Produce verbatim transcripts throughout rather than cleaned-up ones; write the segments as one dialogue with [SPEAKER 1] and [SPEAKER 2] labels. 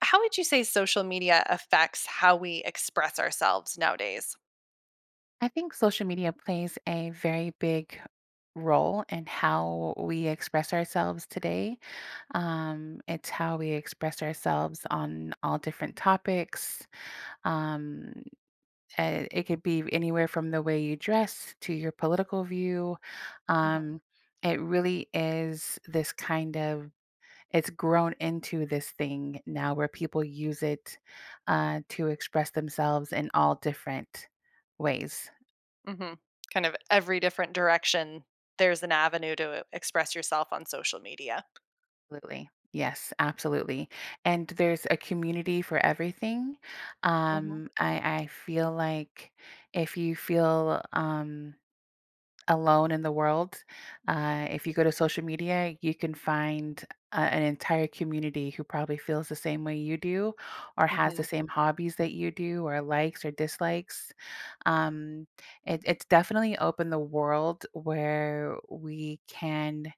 [SPEAKER 1] How would you say social media affects how we express ourselves nowadays?
[SPEAKER 2] I think social media plays a very big role in how we express ourselves today. Um, it's how we express ourselves on all different topics. Um, eh, it could be anywhere from the way you dress to your political view.
[SPEAKER 1] Mhm,
[SPEAKER 2] Um, it really is this kind of it's grown into this thing now where people use it uh, to express themselves in all different ways.
[SPEAKER 1] mhm. Kind of every different direction, there's an avenue to uh, express yourself on social media.
[SPEAKER 2] Absolutely. Yes, absolutely. And there's a community for everything.
[SPEAKER 1] Mhm,
[SPEAKER 2] Um, I, I feel like if you feel um, alone in the world, uh, if you go to social media, you can find a, an entire community who probably feels the same way you do, or has the
[SPEAKER 1] mhm.
[SPEAKER 2] same hobbies that you do, or likes or dislikes. Um, it, it's definitely opened the world where we can.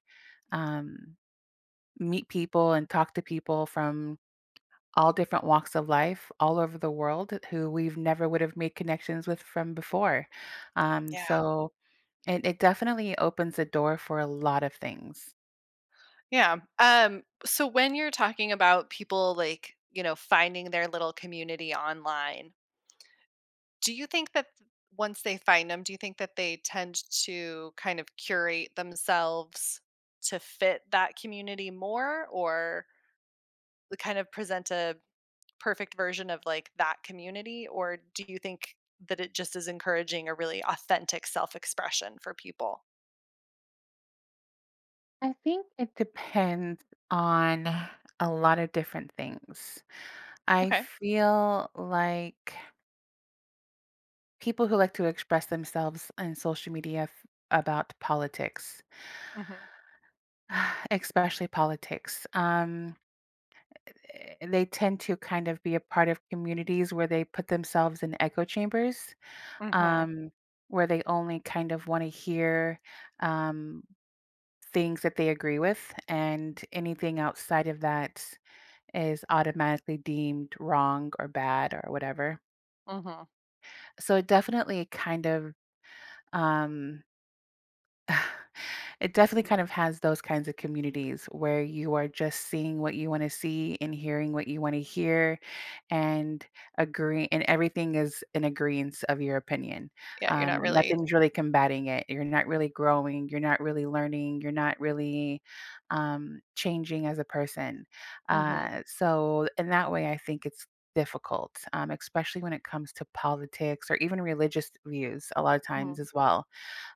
[SPEAKER 2] Um, Meet people and talk to people from all different walks of life all over the world who we've never would have made connections with from before. Um,
[SPEAKER 1] Yeah,
[SPEAKER 2] so it, it definitely opens the door for a lot of things.
[SPEAKER 1] yeah. Um, so when you're talking about people, like, you know, finding their little community online, do you think that th- once they find them, do you think that they tend to kind of curate themselves to fit that community more or the kind of present a perfect version of like that community? Or do you think that it just is encouraging a really authentic self expression for people?
[SPEAKER 2] I think it depends on a lot of different things. I
[SPEAKER 1] Okay.
[SPEAKER 2] feel like people who like to express themselves in social media f- about politics,
[SPEAKER 1] Mm-hmm.
[SPEAKER 2] especially politics. Um, eh, they tend to kind of be a part of communities where they put themselves in echo chambers,
[SPEAKER 1] Mm-hmm.
[SPEAKER 2] um, where they only kind of want to hear um, things that they agree with, and anything outside of that is automatically deemed wrong or bad or whatever.
[SPEAKER 1] Mm-hmm.
[SPEAKER 2] So it definitely kind of um, it definitely kind of has those kinds of communities where you are just seeing what you want to see and hearing what you want to hear and agree and everything is in agreement of your opinion.
[SPEAKER 1] Yeah, you're not
[SPEAKER 2] Um,
[SPEAKER 1] really.
[SPEAKER 2] nothing's really combating it. You're not really growing, you're not really learning, you're not really um, changing as a person.
[SPEAKER 1] Mm-hmm.
[SPEAKER 2] Uh, so in that way, I think it's difficult, um, especially when it comes to politics or even religious views a lot of times as well.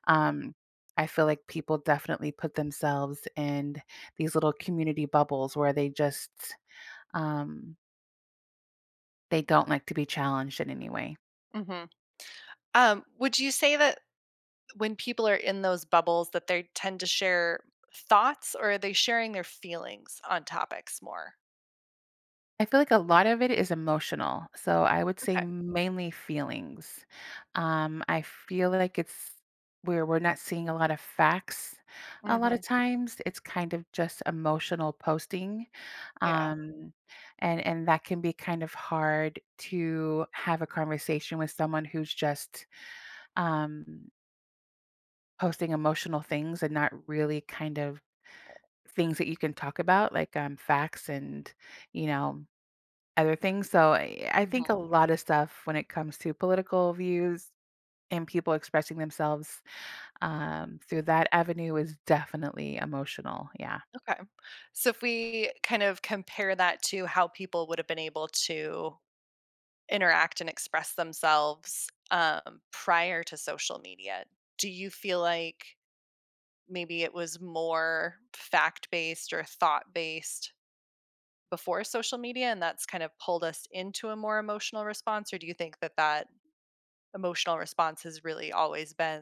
[SPEAKER 2] um, I feel like people definitely put themselves in these little community bubbles where they just um, they don't like to be challenged in any way.
[SPEAKER 1] Mm-hmm. Um, would you say that when people are in those bubbles that they tend to share thoughts or are they sharing their feelings on topics more?
[SPEAKER 2] I feel like a lot of it is emotional. So I would say
[SPEAKER 1] Okay.
[SPEAKER 2] mainly feelings. Um, I feel like it's where we're not seeing a lot of facts a lot
[SPEAKER 1] Mhm.
[SPEAKER 2] of times. It's kind of just emotional posting.
[SPEAKER 1] Yeah.
[SPEAKER 2] Um, and and that can be kind of hard to have a conversation with someone who's just um, posting emotional things and not really kind of things that you can talk about, like um, facts and, you know, other things. So I, I think
[SPEAKER 1] Mhm.
[SPEAKER 2] a lot of stuff when it comes to political views and people expressing themselves um, through that avenue is definitely emotional. Yeah.
[SPEAKER 1] Okay. So if we kind of compare that to how people would have been able to interact and express themselves um, prior to social media, do you feel like maybe it was more fact based or thought based before social media and that's kind of pulled us into a more emotional response? Or do you think that that emotional response has really always been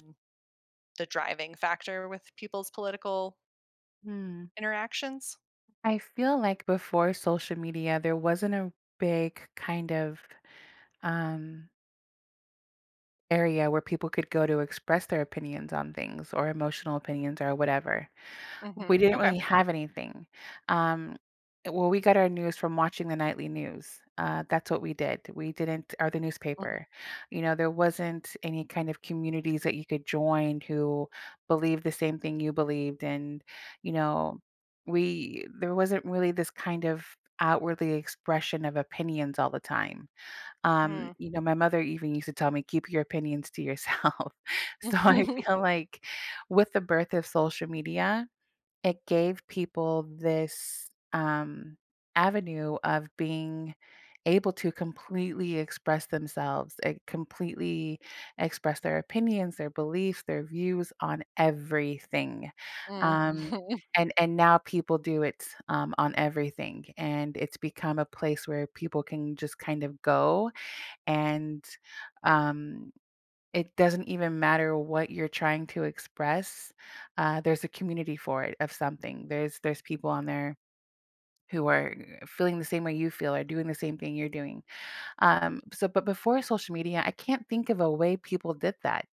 [SPEAKER 1] the driving factor with people's political
[SPEAKER 2] Hmm.
[SPEAKER 1] interactions?
[SPEAKER 2] I feel like before social media, there wasn't a big kind of um, area where people could go to express their opinions on things or emotional opinions or whatever.
[SPEAKER 1] Mhm.
[SPEAKER 2] We didn't
[SPEAKER 1] Okay.
[SPEAKER 2] really have anything. Um, well, we got our news from watching the nightly news. Uh, that's what we did. We didn't, or the
[SPEAKER 1] Mhm.
[SPEAKER 2] newspaper. You know, there wasn't any kind of communities that you could join who believed the same thing you believed. And, you know, we, there wasn't really this kind of outwardly expression of opinions all the time. Um,
[SPEAKER 1] Mm.
[SPEAKER 2] you know, my mother even used to tell me, keep your opinions to yourself. So I feel like with the birth of social media, it gave people this um, avenue of being able to completely express themselves, it completely express their opinions, their beliefs, their views on everything.
[SPEAKER 1] Mhm.
[SPEAKER 2] Um, and and now people do it um, on everything, and it's become a place where people can just kind of go and um, it doesn't even matter what you're trying to express, uh, there's a community for it of something. There's there's people on there who are uh, feeling the same way you feel or doing the same thing you're doing. Um, so but before social media, I can't think of a way people did that.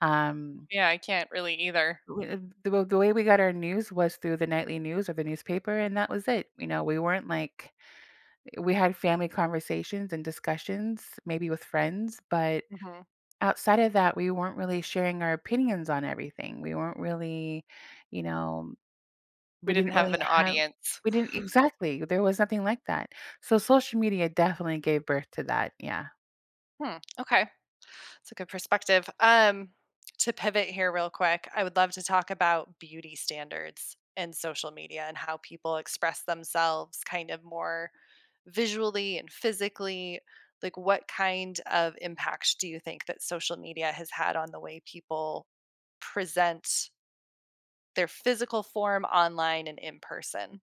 [SPEAKER 2] Um,
[SPEAKER 1] Yeah, I can't really either.
[SPEAKER 2] we uh, the w the way we got our news was through the nightly news or the newspaper, and that was it. You know, we weren't like we had family conversations and discussions, maybe with friends, but
[SPEAKER 1] Mhm.
[SPEAKER 2] outside of that, we weren't really sharing our opinions on everything. We weren't really, you know,
[SPEAKER 1] We
[SPEAKER 2] we
[SPEAKER 1] didn't
[SPEAKER 2] didn't
[SPEAKER 1] have
[SPEAKER 2] really
[SPEAKER 1] an
[SPEAKER 2] have
[SPEAKER 1] audience.
[SPEAKER 2] we didn't exactly. There was nothing like that. So social media definitely gave birth to that. Yeah.
[SPEAKER 1] Hmm, okay. It's a good perspective. Um, to pivot here real quick, I would love to talk about beauty standards and social media and how people express themselves kind of more visually and physically. Like, what kind of impact do you think that social media has had on the way people present their physical form online and in person?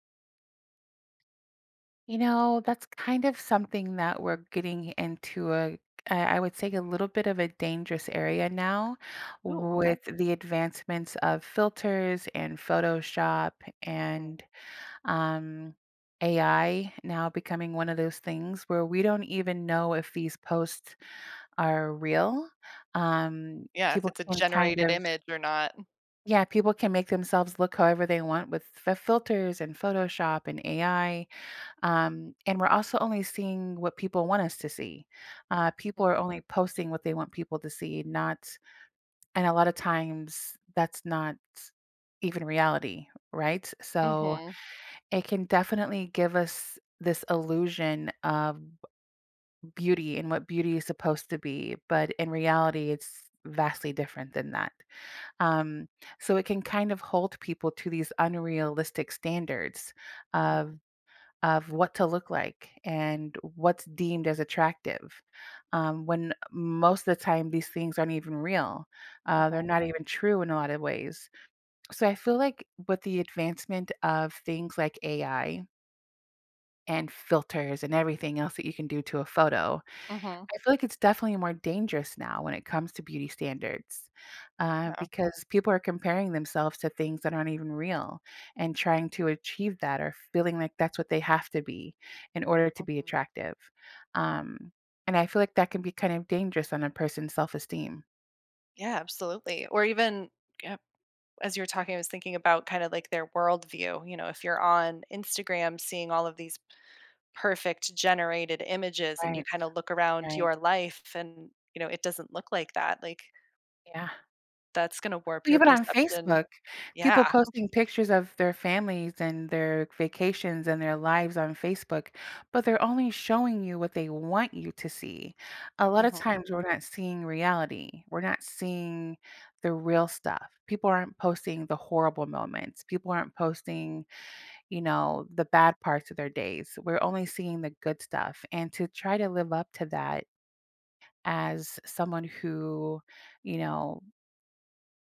[SPEAKER 2] You know, that's kind of something that we're getting into a I I would say a little bit of a dangerous area now
[SPEAKER 1] Oh, okay.
[SPEAKER 2] with the advancements of filters and Photoshop
[SPEAKER 1] Mm.
[SPEAKER 2] and Um, A I now becoming one of those things where we don't even know if these posts are real. Um,
[SPEAKER 1] Yeah, if
[SPEAKER 2] people
[SPEAKER 1] it's a
[SPEAKER 2] can kind
[SPEAKER 1] generated
[SPEAKER 2] of,
[SPEAKER 1] image or not.
[SPEAKER 2] yeah, people can make themselves look however they want with f- filters and Photoshop and A I. Um, and we're also only seeing what people want us to see. Uh, people
[SPEAKER 1] Mhm.
[SPEAKER 2] are only posting what they want people to see, not, and a lot of times that's not even reality, right? So,
[SPEAKER 1] Mhm.
[SPEAKER 2] it can definitely give us this illusion of beauty and what beauty is supposed to be, but in reality, it's vastly different than that. Um, so it can kind of hold people to these unrealistic standards
[SPEAKER 1] Mm.
[SPEAKER 2] of of what to look like and what's deemed as attractive, um, when most of the time these things aren't even real. Uh, they're
[SPEAKER 1] Mhm.
[SPEAKER 2] not even true in a lot of ways. So I feel like with the advancement of things like A I, and filters and everything else that you can do to a photo.
[SPEAKER 1] Mhm.
[SPEAKER 2] I feel like it's definitely more dangerous now when it comes to beauty standards, uh,
[SPEAKER 1] Yeah.
[SPEAKER 2] because people are comparing themselves to things that aren't even real and trying to achieve that or feeling like that's what they have to be in order to be
[SPEAKER 1] Mm-hmm.
[SPEAKER 2] attractive. Um, and I feel like that can be kind of dangerous on a person's self esteem.
[SPEAKER 1] Yeah, absolutely. Or even yeah, as you were talking, I was thinking about kind of like their worldview. You know, if you're on Instagram seeing all of these perfect generated images and you
[SPEAKER 2] Right,
[SPEAKER 1] kind of look around
[SPEAKER 2] right.
[SPEAKER 1] your life and, you know, it doesn't look like that, like
[SPEAKER 2] Yeah.
[SPEAKER 1] that's going to warp
[SPEAKER 2] Well,
[SPEAKER 1] your
[SPEAKER 2] even on
[SPEAKER 1] perception.
[SPEAKER 2] Facebook, people
[SPEAKER 1] Yeah.
[SPEAKER 2] posting pictures of their families and their vacations and their lives on Facebook, but they're only showing you what they want you to see. A lot of
[SPEAKER 1] Hmm.
[SPEAKER 2] times we're not seeing reality. We're not seeing the real stuff. People aren't posting the horrible moments. People aren't posting, you know, the bad parts of their days. We're only seeing the good stuff. And to try to live up to that as someone who, you know,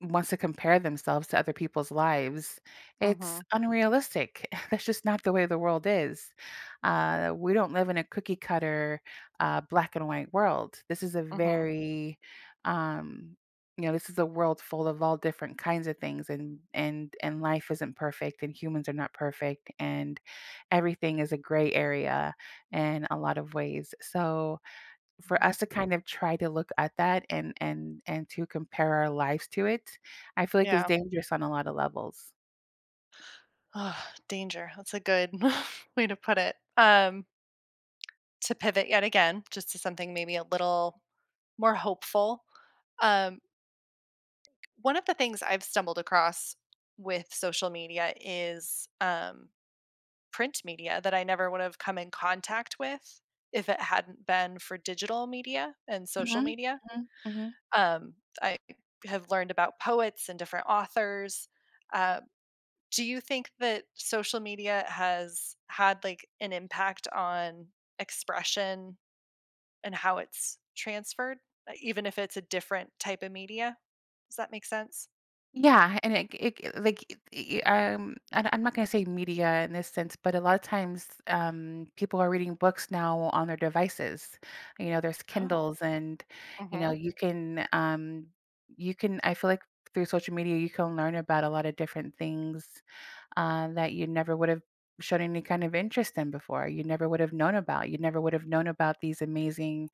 [SPEAKER 2] wants to compare themselves to other people's lives,
[SPEAKER 1] Hmm.
[SPEAKER 2] it's unrealistic. That's just not the way the world is. Uh, we don't live in a cookie cutter, uh, black and white world. This is a
[SPEAKER 1] Hmm.
[SPEAKER 2] very, um, you know, this is a world full of all different kinds of things, and and and life isn't perfect, and humans are not perfect, and everything is a gray area in a lot of ways. So, for
[SPEAKER 1] Hmm.
[SPEAKER 2] us to kind of try to look at that and and and to compare our lives to it, I feel like it's
[SPEAKER 1] Yeah.
[SPEAKER 2] dangerous on a lot of levels.
[SPEAKER 1] Oh, danger. That's a good way to put it. Um, to pivot yet again, just to something maybe a little more hopeful. Um, One of the things I've stumbled across with social media is, um, print media that I never would have come in contact with if it hadn't been for digital media and social
[SPEAKER 2] Mhm,
[SPEAKER 1] media.
[SPEAKER 2] mhm, mhm.
[SPEAKER 1] Um, I have learned about poets and different authors. Uh, do you think that social media has had, like, an impact on expression and how it's transferred, uh, even if it's a different type of media? Does that make sense?
[SPEAKER 2] Yeah, and it it like, i i um, I I'm not gonna say media in this sense, but a lot of times, um, people are reading books now on their devices. You know, there's
[SPEAKER 1] Oh,
[SPEAKER 2] Kindles and, you know,
[SPEAKER 1] mhm.
[SPEAKER 2] you can, um, you can I feel like through social media, you can learn about a lot of different things uh, that you never would have shown any kind of interest in before. You never would have known about. You never would have known about these amazing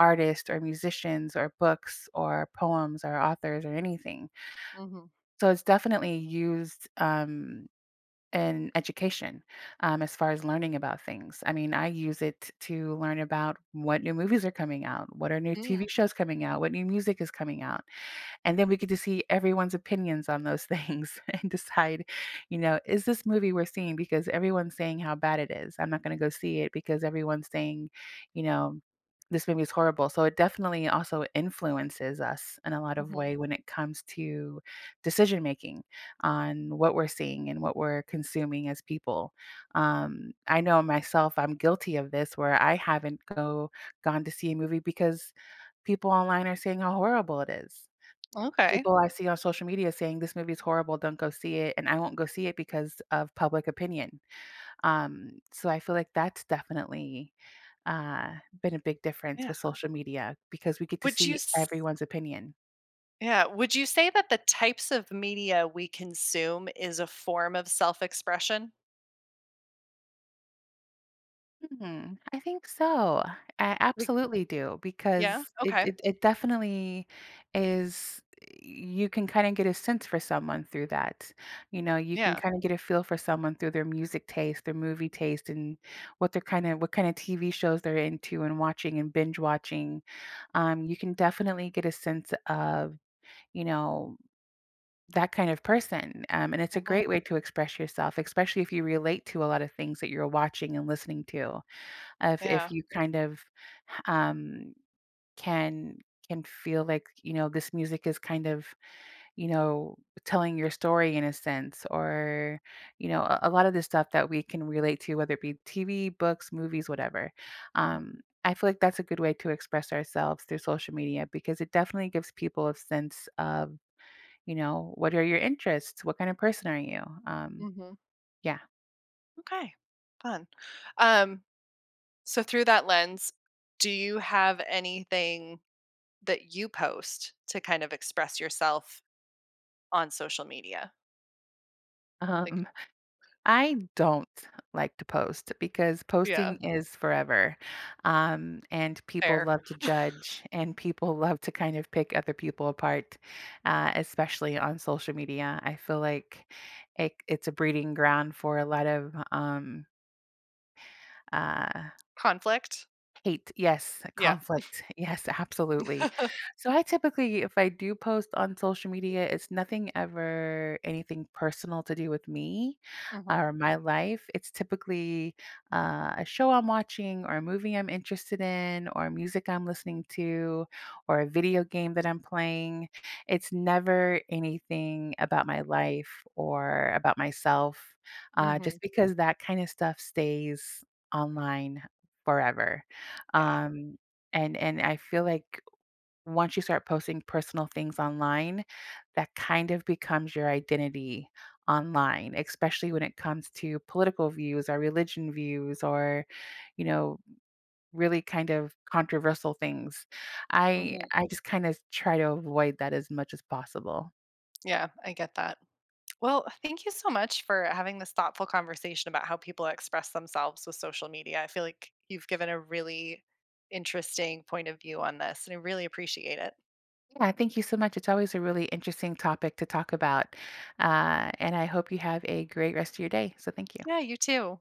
[SPEAKER 2] artists or musicians or books or poems or authors or anything.
[SPEAKER 1] Mhm.
[SPEAKER 2] So it's definitely used um, in education um, as far as learning about things. I mean, I use it to learn about what new movies are coming out, what are new
[SPEAKER 1] Mm,
[SPEAKER 2] T V shows coming out, what new music is coming out and then we get to see everyone's opinions on those things and decide, you know, is this movie we're seeing because everyone's saying how bad it is. I'm not going to go see it because everyone's saying, you know, this movie is horrible. So it definitely also influences us in a lot of
[SPEAKER 1] mhm.
[SPEAKER 2] way when it comes to decision making on what we're seeing and what we're consuming as people. Um, I know myself, I'm guilty of this where I haven't go gone to see a movie because people online are saying how horrible it is
[SPEAKER 1] Okay.
[SPEAKER 2] people I see on social media saying, "This movie is horrible, don't go see it," and I won't go see it because of public opinion. Um, so I feel like that's definitely, uh, been a big difference
[SPEAKER 1] Yeah.
[SPEAKER 2] with social media because we get to
[SPEAKER 1] Would you
[SPEAKER 2] see
[SPEAKER 1] s
[SPEAKER 2] everyone's opinion.
[SPEAKER 1] Yeah, would you say that the types of media we consume is a form of self-expression?
[SPEAKER 2] Mhm. I think so. I
[SPEAKER 1] Like
[SPEAKER 2] absolutely do
[SPEAKER 1] yeah?
[SPEAKER 2] because it
[SPEAKER 1] Okay.
[SPEAKER 2] it, it definitely is you can kind of get a sense for someone through that. You know, you can
[SPEAKER 1] Yeah.
[SPEAKER 2] kind of get a feel for someone through their music taste, their movie taste and what they're kind of what kind of T V shows they're into and watching and binge watching. Um, you can definitely get a sense of, you know, that kind of person. Um, and it's a
[SPEAKER 1] Mhm.
[SPEAKER 2] great way to express yourself, especially if you relate to a lot of things that you're watching and listening to. If
[SPEAKER 1] Yeah.
[SPEAKER 2] if you kind of, um, can can feel like, you know, this music is kind of, you know, telling your story in a sense or, you know, a, a lot of the stuff that we can relate to, whether it be T V, books, movies, whatever.
[SPEAKER 1] Mhm,
[SPEAKER 2] Um, I feel like that's a good way to express ourselves through social media because it definitely gives people a sense of, you know, what are your interests? What kind of person are you? Um,
[SPEAKER 1] mhm.
[SPEAKER 2] yeah.
[SPEAKER 1] Okay. Fun. Um, so through that lens, do you have anything that you post to kind of express yourself on social media? Like
[SPEAKER 2] Um I don't like to post because
[SPEAKER 1] yeah,
[SPEAKER 2] posting is forever. Um, and people
[SPEAKER 1] fair.
[SPEAKER 2] love to judge and people love to kind of pick other people apart, uh, especially on social media. I feel like it, it's a breeding ground for a lot of um, uh,
[SPEAKER 1] Conflict?
[SPEAKER 2] hate, yes,
[SPEAKER 1] Yeah.
[SPEAKER 2] conflict, yes, absolutely. So I typically, if I do post on social media, it's nothing ever anything personal to do with me
[SPEAKER 1] Mhm,
[SPEAKER 2] or my life. It's typically uh, a show I'm watching or a movie I'm interested in or music I'm listening to or a video game that I'm playing. It's never anything about my life or about myself, uh,
[SPEAKER 1] mhm.
[SPEAKER 2] just because that kind of stuff stays online forever.
[SPEAKER 1] Yeah.
[SPEAKER 2] Um, and and I feel like once you start posting personal things online, that kind of becomes your identity online, especially when it comes to political views or religion views or, you know, really kind of controversial things. I
[SPEAKER 1] Mhm.
[SPEAKER 2] I just kind of try to avoid that as much as possible.
[SPEAKER 1] Yeah, I get that. Well, thank you so much for having this thoughtful conversation about how people express themselves with social media. I feel like you've given a really interesting point of view on this, and I really appreciate it.
[SPEAKER 2] Yeah, thank you so much. It's always a really interesting topic to talk about. Uh, and I hope you have a great rest of your day. So thank you.
[SPEAKER 1] Yeah, you too.